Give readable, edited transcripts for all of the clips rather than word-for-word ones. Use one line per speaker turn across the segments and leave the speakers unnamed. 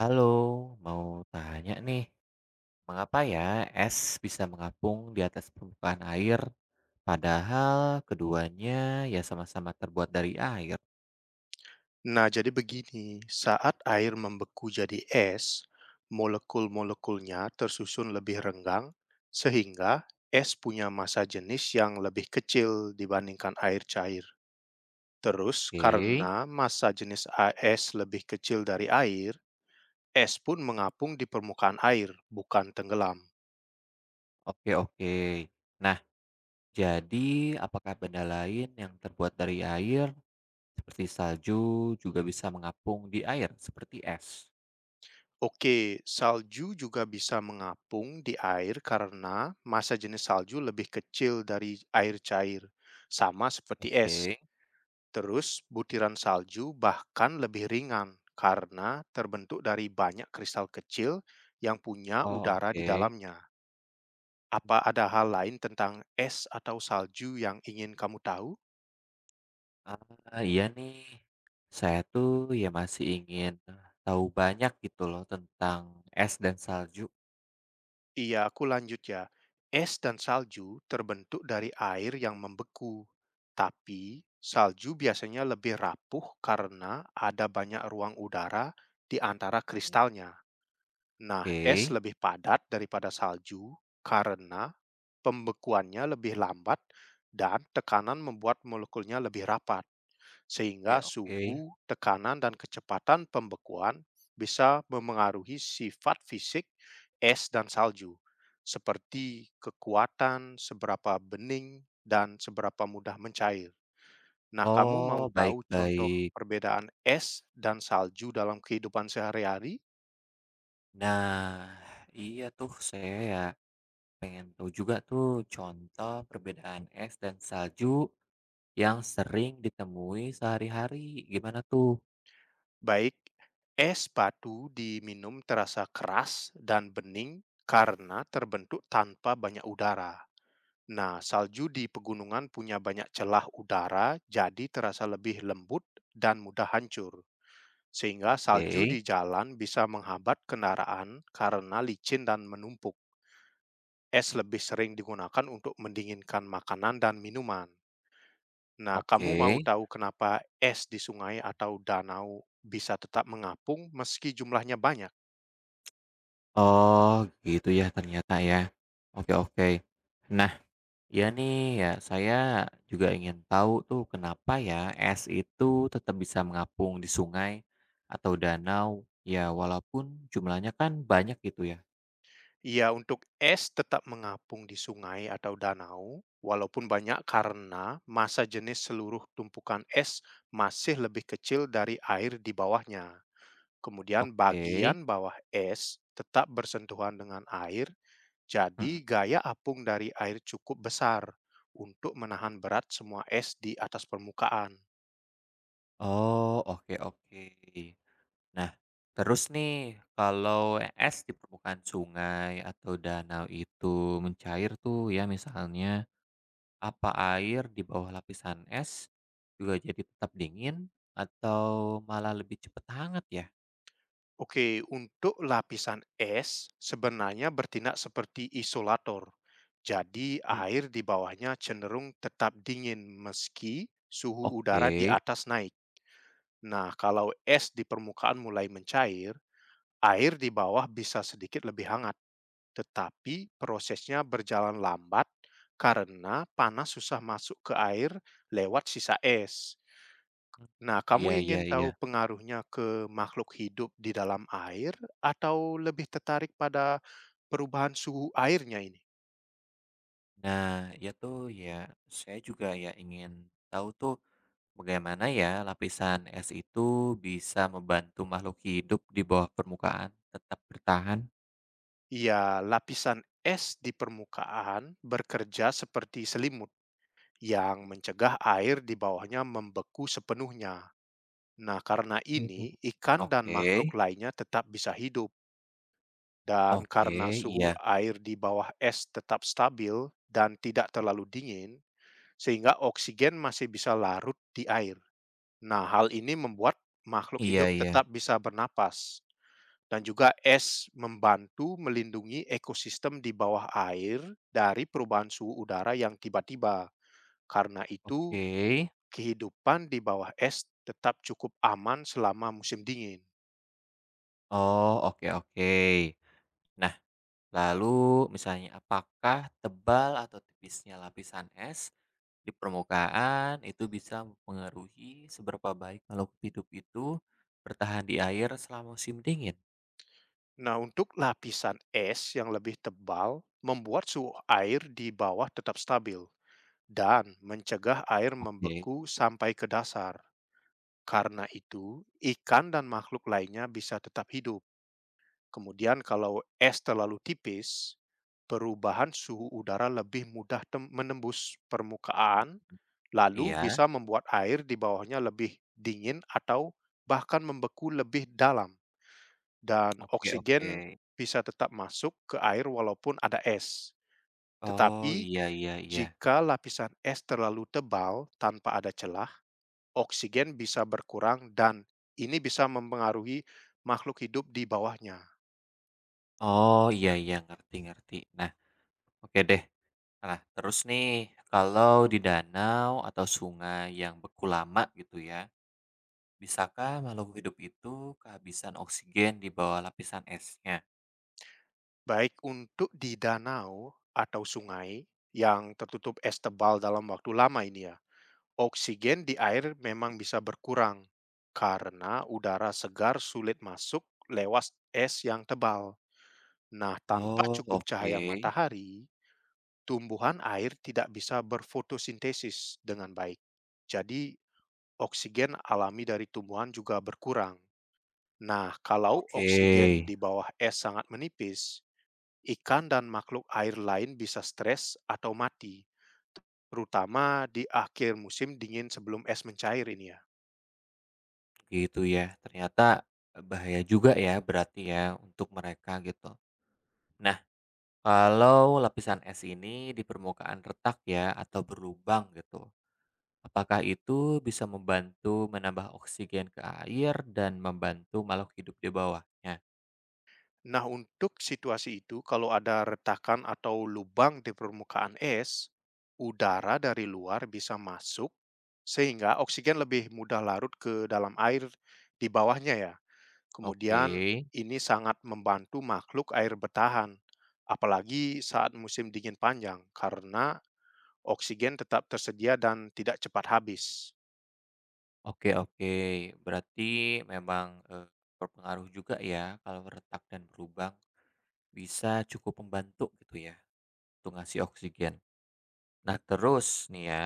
Halo, mau tanya nih, mengapa ya es bisa mengapung di atas permukaan air, padahal keduanya ya sama-sama terbuat dari air?
Nah, jadi begini, saat air membeku jadi es, molekul-molekulnya tersusun lebih renggang, sehingga es punya massa jenis yang lebih kecil dibandingkan air cair. Terus,
Oke,
karena massa jenis es lebih kecil dari air, es pun mengapung di permukaan air, bukan tenggelam.
oke, oke. Nah, jadi apakah benda lain yang terbuat dari air, seperti salju, juga bisa mengapung di air, seperti es?
Oke, salju juga bisa mengapung di air karena massa jenis salju lebih kecil dari air cair, sama seperti es.
Oke,
Terus, butiran salju bahkan lebih ringan karena terbentuk dari banyak kristal kecil yang punya
oh
udara di
oke.
dalamnya. Apa ada hal lain tentang es atau salju yang ingin kamu tahu?
Ah, iya nih. Saya tuh ya masih ingin tahu banyak gitu loh tentang es dan salju.
Iya, aku lanjut ya. Es dan salju terbentuk dari air yang membeku, tapi salju biasanya lebih rapuh karena ada banyak ruang udara di antara kristalnya. Nah, es
Oke,
lebih padat daripada salju karena pembekuannya lebih lambat dan tekanan membuat molekulnya lebih rapat,
oke,
sehingga
oke.
suhu, tekanan, dan kecepatan pembekuan bisa memengaruhi sifat fisik es dan salju, seperti kekuatan, seberapa bening, dan seberapa mudah mencair. Nah, kamu mau
Oh,
tahu contoh
baik-baik.
perbedaan es dan salju dalam kehidupan sehari-hari?
Nah, iya tuh saya ya pengen tahu juga tuh contoh perbedaan es dan salju yang sering ditemui sehari-hari. Gimana tuh?
Baik, es batu diminum terasa keras dan bening karena terbentuk tanpa banyak udara. Nah, salju di pegunungan punya banyak celah udara, jadi terasa lebih lembut dan mudah hancur. Sehingga
Oke,
salju di jalan bisa menghambat kendaraan karena licin dan menumpuk. Es
hmm,
lebih sering digunakan untuk mendinginkan makanan dan minuman. Nah, kamu mau
oke.
tahu kenapa es di sungai atau danau bisa tetap mengapung meski jumlahnya banyak?
Oh, gitu ya ternyata ya. Oke, oke. Nah. Iya nih, ya saya juga ingin tahu tuh kenapa ya es itu tetap bisa mengapung di sungai atau danau, ya walaupun jumlahnya kan banyak gitu ya.
Iya, untuk es tetap mengapung di sungai atau danau, walaupun banyak karena massa jenis seluruh tumpukan es masih lebih kecil dari air di bawahnya. Kemudian
Oke.
bagian bawah es tetap bersentuhan dengan air, jadi
Mhm.
gaya apung dari air cukup besar untuk menahan berat semua es di atas permukaan.
Oh, oke oke. Nah, terus nih kalau es di permukaan sungai atau danau itu mencair tuh ya misalnya, apa air di bawah lapisan es juga jadi tetap dingin atau malah lebih cepat hangat ya?
Oke, untuk lapisan es sebenarnya bertindak seperti isolator. Jadi air di bawahnya cenderung tetap dingin meski suhu udara di
Oke.
atas naik. Nah, kalau es di permukaan mulai mencair, air di bawah bisa sedikit lebih hangat. Tetapi prosesnya berjalan lambat karena panas susah masuk ke air lewat sisa es. Nah, kamu
Iya iya
ingin
iya.
tahu pengaruhnya ke makhluk hidup di dalam air atau lebih tertarik pada perubahan suhu airnya ini?
Nah, ya itu ya saya juga ya ingin tahu tuh bagaimana ya lapisan es itu bisa membantu makhluk hidup di bawah permukaan tetap bertahan?
Ya, lapisan es di permukaan bekerja seperti selimut yang mencegah air di bawahnya membeku sepenuhnya. Nah, karena ini
Mhm.
ikan dan makhluk
Oke,
lainnya tetap bisa hidup dan
oke,
karena
iya,
suhu air di bawah es tetap stabil dan tidak terlalu dingin, sehingga oksigen masih bisa larut di air. Nah, hal ini membuat makhluk
iya,
hidup
iya,
tetap bisa bernapas dan juga es membantu melindungi ekosistem di bawah air dari perubahan suhu udara yang tiba-tiba. Karena itu,
oke,
kehidupan di bawah es tetap cukup aman selama musim dingin.
oh, oke, oke. Nah, lalu misalnya apakah tebal atau tipisnya lapisan es di permukaan itu bisa mempengaruhi seberapa baik makhluk hidup itu bertahan di air selama musim dingin.
Nah, untuk lapisan es yang lebih tebal, membuat suhu air di bawah tetap stabil dan mencegah air
Oke.
membeku sampai ke dasar. Karena itu, ikan dan makhluk lainnya bisa tetap hidup. Kemudian kalau es terlalu tipis, perubahan suhu udara lebih mudah menembus
Mmm,
permukaan, lalu
iya.
bisa membuat air di bawahnya lebih dingin atau bahkan membeku lebih dalam. Dan
Oke oke.
oksigen bisa tetap masuk ke air walaupun ada es.
Oh,
Tetapi
iya iya iya.
jika lapisan es terlalu tebal tanpa ada celah, oksigen bisa berkurang dan ini bisa mempengaruhi makhluk hidup di bawahnya.
Oh, iya iya, ngerti ngerti. Nah, oke deh. Nah, terus nih, kalau di danau atau sungai yang beku lama gitu ya, bisakah makhluk hidup itu kehabisan oksigen di bawah lapisan esnya?
Baik, untuk di danau atau sungai yang tertutup es tebal dalam waktu lama ini ya, oksigen di air memang bisa berkurang karena udara segar sulit masuk lewat es yang tebal. Nah, tanpa
Oh,
cukup
oke.
cahaya matahari, tumbuhan air tidak bisa berfotosintesis dengan baik. Jadi, oksigen alami dari tumbuhan juga berkurang. Nah, kalau
Oke.
oksigen di bawah es sangat menipis, ikan dan makhluk air lain bisa stres atau mati, terutama di akhir musim dingin sebelum es mencair ini ya.
Gitu ya, ternyata bahaya juga ya berarti ya untuk mereka gitu. Nah, kalau lapisan es ini di permukaan retak ya atau berlubang gitu, apakah itu bisa membantu menambah oksigen ke air dan membantu makhluk hidup di bawahnya?
Nah, untuk situasi itu, kalau ada retakan atau lubang di permukaan es, udara dari luar bisa masuk sehingga oksigen lebih mudah larut ke dalam air di bawahnya ya.
Oke,
Kemudian ini sangat membantu makhluk air bertahan, apalagi saat musim dingin panjang karena oksigen tetap tersedia dan tidak cepat habis.
oke oke. Berarti memang, berpengaruh juga ya kalau retak dan berlubang, bisa cukup membantu gitu ya untuk ngasih oksigen. Nah terus nih ya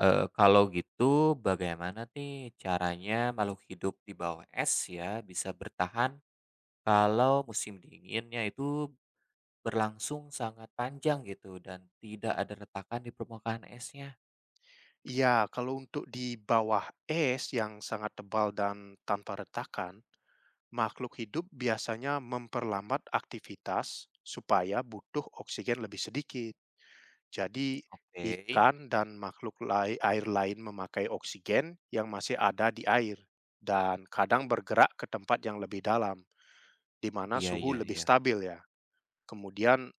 Kalau gitu bagaimana nih caranya makhluk hidup di bawah es ya bisa bertahan kalau musim dinginnya itu berlangsung sangat panjang gitu dan tidak ada retakan di permukaan esnya?
Iya, kalau untuk di bawah es yang sangat tebal dan tanpa retakan, makhluk hidup biasanya memperlambat aktivitas supaya butuh oksigen lebih sedikit. Jadi,
Oke.
ikan dan makhluk air lain memakai oksigen yang masih ada di air dan kadang bergerak ke tempat yang lebih dalam, di mana
Iya
suhu
iya
lebih
iya.
stabil ya. Kemudian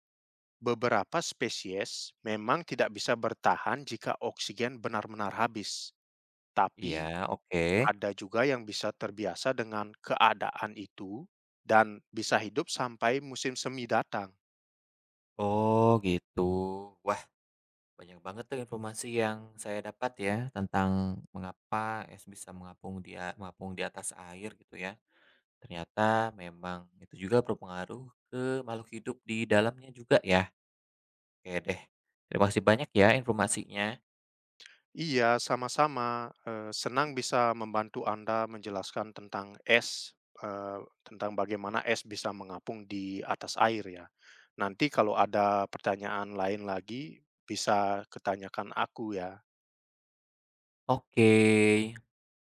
beberapa spesies memang tidak bisa bertahan jika oksigen benar-benar habis, tapi
Iya, oke.
ada juga yang bisa terbiasa dengan keadaan itu dan bisa hidup sampai musim semi datang.
Oh gitu. Wah banyak banget tuh informasi yang saya dapat ya tentang mengapa es bisa mengapung dia mengapung di atas air gitu ya. Ternyata memang itu juga berpengaruh ke makhluk hidup di dalamnya juga ya. Oke deh. Terima kasih banyak ya informasinya.
Iya, sama-sama. Senang bisa membantu Anda menjelaskan tentang es, tentang bagaimana es bisa mengapung di atas air ya. Nanti kalau ada pertanyaan lain lagi, bisa ketanyakan aku ya.
Oke.